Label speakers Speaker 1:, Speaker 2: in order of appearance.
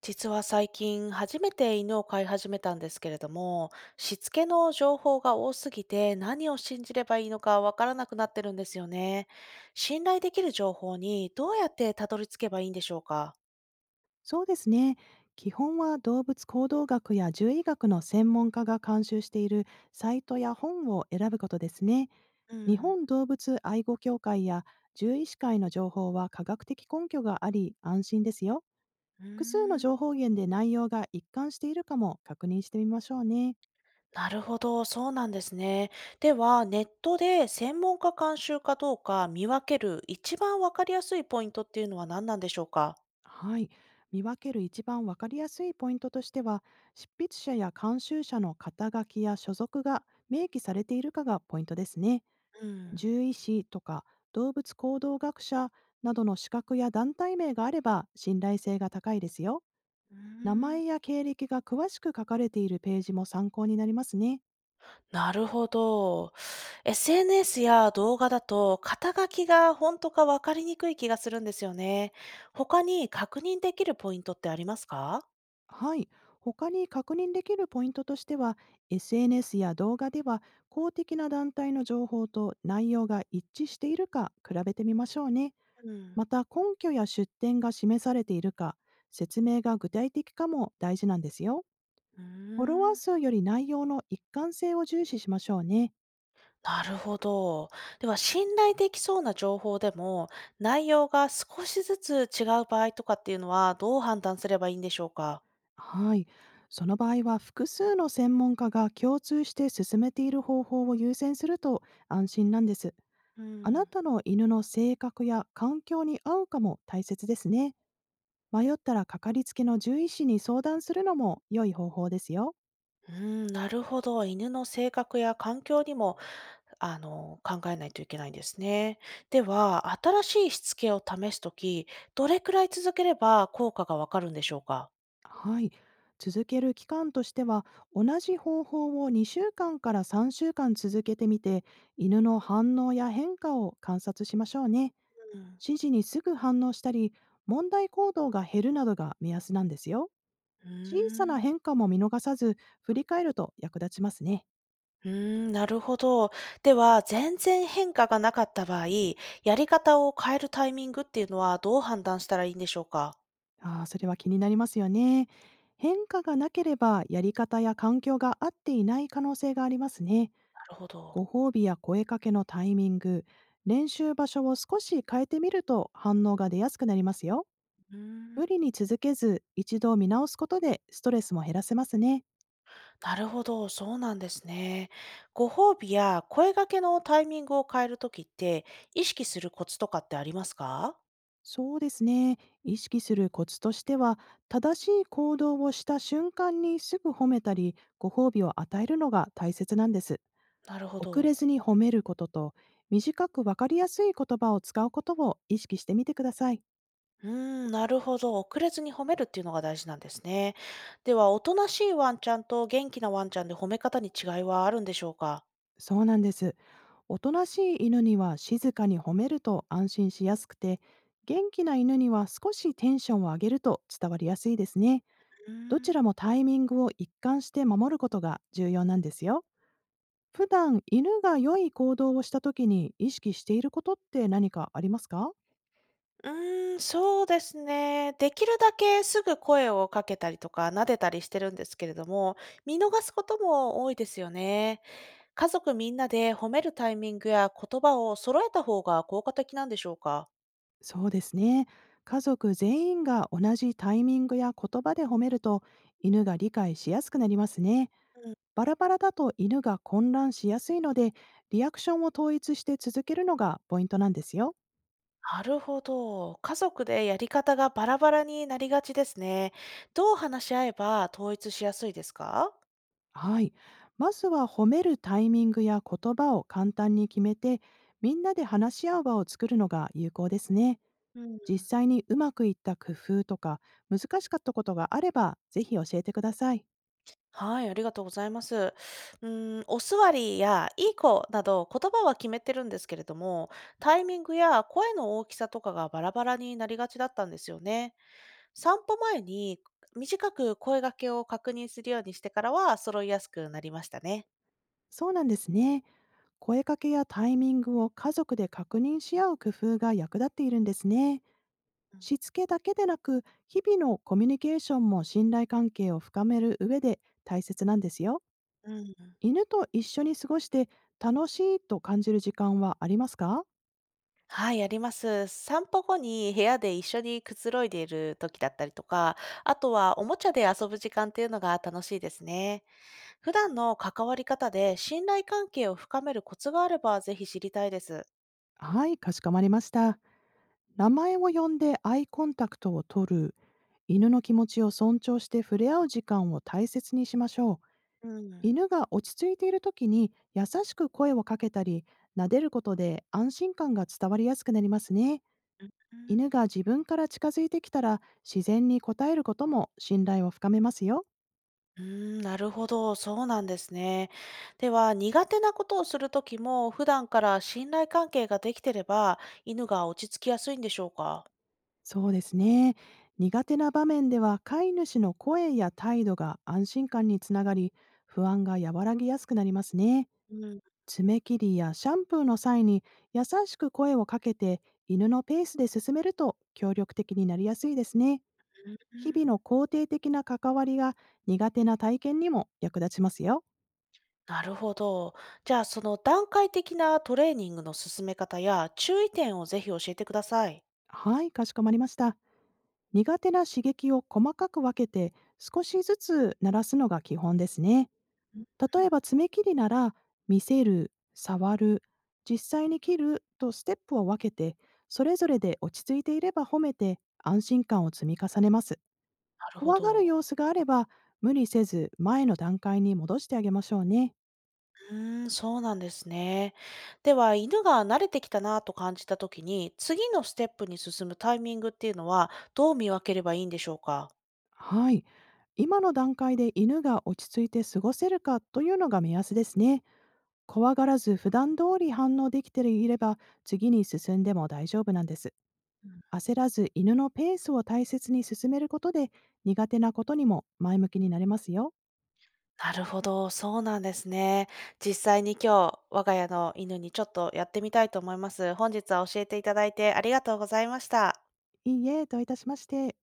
Speaker 1: 実は最近初めて犬を飼い始めたんですけれども、しつけの情報が多すぎて何を信じればいいのかわからなくなってるんですよね。信頼できる情報にどうやってたどり着けばいいんでしょうか？
Speaker 2: そうですね。基本は動物行動学や獣医学の専門家が監修しているサイトや本を選ぶことですね。
Speaker 1: う
Speaker 2: 日
Speaker 1: ん。
Speaker 2: 本動物愛護協会や獣医師会の情報は科学的根拠があり安心ですよ。
Speaker 1: うー
Speaker 2: 複数の
Speaker 1: ん。
Speaker 2: 情報源で内容が一貫しているかも確認してみましょうね。
Speaker 1: なるほど、そうなんですね。では、ネットで専門家監修かどうか見分ける一番わかりやすいポイントっていうのは何なんでしょうか？
Speaker 2: はい。見分ける一番わかりやすいポイントとしては、執筆者や監修者の肩書きや所属が明記されているかがポイントですね。
Speaker 1: うん。
Speaker 2: 獣医師とか動物行動学者などの資格や団体名があれば信頼性が高いですよ。
Speaker 1: うー
Speaker 2: 名
Speaker 1: ん。
Speaker 2: 前や経歴が詳しく書かれているページも参考になりますね。
Speaker 1: なるほど。SNS や動画だと、肩書きが本当か分かりにくい気がするんですよね。他に確認できるポイントってありますか？
Speaker 2: はい。他に確認できるポイントとしては、SNS や動画では公的な団体の情報と内容が一致しているか比べてみましょうね。
Speaker 1: うん。
Speaker 2: また根拠や出典が示されているか、説明が具体的かも大事なんですよ。
Speaker 1: うー
Speaker 2: フォロワー
Speaker 1: ん。
Speaker 2: 数より内容の一貫性を重視しましょうね。
Speaker 1: なるほど。では、信頼できそうな情報でも、内容が少しずつ違う場合とかっていうのは、どう判断すればいいんでしょうか？
Speaker 2: はい。その場合は複数の専門家が共通して進めている方法を優先すると安心なんです。
Speaker 1: う
Speaker 2: あな
Speaker 1: ん。
Speaker 2: たの犬の性格や環境に合うかも大切ですね。迷ったらかかりつけの獣医師に相談するのも良い方法ですよ。
Speaker 1: うん、なるほど。犬の性格や環境にも考えないといけないんですね。では、新しいしつけを試すとき、どれくらい続ければ効果がわかるんでしょうか？
Speaker 2: はい。続ける期間としては、同じ方法を2週間かんから3週間続けてみて、犬の反応や変化を観察しましょうね。
Speaker 1: うん。
Speaker 2: 指示にすぐ反応したり、問題行動が減るなどが目安なんですよ。
Speaker 1: うー
Speaker 2: 小さな
Speaker 1: ん。
Speaker 2: 変化も見逃さず、振り返ると役立ちますね。
Speaker 1: うーん、なるほど。では、全然変化がなかった場合、やり方を変えるタイミングっていうのはどう判断したらいいんでしょうか？
Speaker 2: ああ、それは気になりますよね。変化がなければ、やり方や環境が合っていない可能性がありますね。
Speaker 1: なるほど。
Speaker 2: ご褒美や声かけのタイミング、練習場所を少し変えてみると反応が出やすくなりますよ。
Speaker 1: うーん。
Speaker 2: 無理に続けず、一度見直すことでストレスも減らせますね。
Speaker 1: なるほど、そうなんですね。ご褒美や声掛けのタイミングを変えるときって、意識するコツとかってありますか？
Speaker 2: そうですね。意識するコツとしては、正しい行動をした瞬間にすぐ褒めたり、ご褒美を与えるのが大切なんです。
Speaker 1: なるほ
Speaker 2: 遅れ
Speaker 1: ど。
Speaker 2: ずに褒めることと、短くわかりやすい言葉を使うことを意識してみてください。
Speaker 1: うーん、なるほど。遅れずに褒めるっていうのが大事なんですね。では、おとなしいワンちゃんと元気なワンちゃんで褒め方に違いはあるんでしょうか？
Speaker 2: そうなんです。おとなしい犬には静かに褒めると安心しやすくて、元気な犬には少しテンションを上げると伝わりやすいですね。
Speaker 1: うー
Speaker 2: どち
Speaker 1: ん。
Speaker 2: らもタイミングを一貫して守ることが重要なんですよ。普段、犬が良い行動をした時に意識していることって何かありますか？
Speaker 1: うーん、そうですね。できるだけすぐ声をかけたりとか、撫でたりしてるんですけれども、見逃すことも多いですよね。家族みんなで褒めるタイミングや言葉を揃えた方が効果的なんでしょうか？
Speaker 2: そうですね。家族全員が同じタイミングや言葉で褒めると、犬が理解しやすくなりますね。バラバラだと犬が混乱しやすいので、リアクションを統一して続けるのがポイントなんですよ。
Speaker 1: なるほど。家族でやり方がバラバラになりがちですね。どう話し合えば統一しやすいですか？
Speaker 2: はい。まずは褒めるタイミングや言葉を簡単に決めて、みんなで話し合う場を作るのが有効ですね。
Speaker 1: うん、
Speaker 2: 実際にうまくいった工夫とか、難しかったことがあれば、ぜひ教えてください。
Speaker 1: はい、ありがとうございます。うん、お座りやいい子など言葉は決めてるんですけれども、タイミングや声の大きさとかがバラバラになりがちだったんですよね。散歩前に短く声掛けを確認するようにしてからは揃いやすくなりましたね。
Speaker 2: そうなんですね。声かけやタイミングを家族で確認し合う工夫が役立っているんですね。しつけだけでなく、日々のコミュニケーションも信頼関係を深める上で大切なんですよ。
Speaker 1: うんうん。
Speaker 2: 犬と一緒に過ごして楽しいと感じる時間はありますか？
Speaker 1: はい、あります。散歩後に部屋で一緒にくつろいでいる時だったりとか、あとはおもちゃで遊ぶ時間っていうのが楽しいですね。普段の関わり方で信頼関係を深めるコツがあればぜひ知りたいです。
Speaker 2: はい、かしこまりました。名前を呼んでアイコンタクトを取る。犬の気持ちを尊重して触れ合う時間を大切にしましょう。
Speaker 1: うん。
Speaker 2: 犬が落ち着いている時に優しく声をかけたり、撫でることで安心感が伝わりやすくなりますね。
Speaker 1: うん。う
Speaker 2: 犬が自分から近づいてきたら自然に応えることも信頼を深めますよ。
Speaker 1: ーん、なるほど、そうなんですね。では、苦手なことをする時も普段から信頼関係ができてれば、犬が落ち着きやすいんでしょうか。
Speaker 2: そうですね。苦手な場面では飼い主の声や態度が安心感につながり、不安が和らぎやすくなりますね。
Speaker 1: うん。
Speaker 2: 爪切りやシャンプーの際に優しく声をかけて犬のペースで進めると協力的になりやすいですね。日々の肯定的な関わりが苦手な体験にも役立ちますよ。
Speaker 1: なるほど。じゃあ、その段階的なトレーニングの進め方や注意点をぜひ教えてください。
Speaker 2: はい、かしこまりました。苦手な刺激を細かく分けて少しずつ慣らすのが基本ですね。
Speaker 1: うん。
Speaker 2: 例えば爪切りなら、見せる、触る、実際に切るとステップを分けて、それぞれで落ち着いていれば褒めて安心感を積み重ねます。
Speaker 1: なるほ
Speaker 2: 怖がる
Speaker 1: ど。
Speaker 2: 様子があれば、無理せず前の段階に戻してあげましょうね。
Speaker 1: うーん、そうなんですね。では、犬が慣れてきたなと感じたときに、次のステップに進むタイミングっていうのは、どう見分ければいいんでしょうか？
Speaker 2: はい。今の段階で犬が落ち着いて過ごせるかというのが目安ですね。怖がらず普段通り反応できていれば次に進んでも大丈夫なんです。焦らず犬のペースを大切に進めることで、苦手なことにも前向きになれますよ。
Speaker 1: なるほど、そうなんですね。実際に今日、我が家の犬にちょっとやってみたいと思います。本日は教えていただいてありがとうございました。
Speaker 2: いいえ、どういたしまして。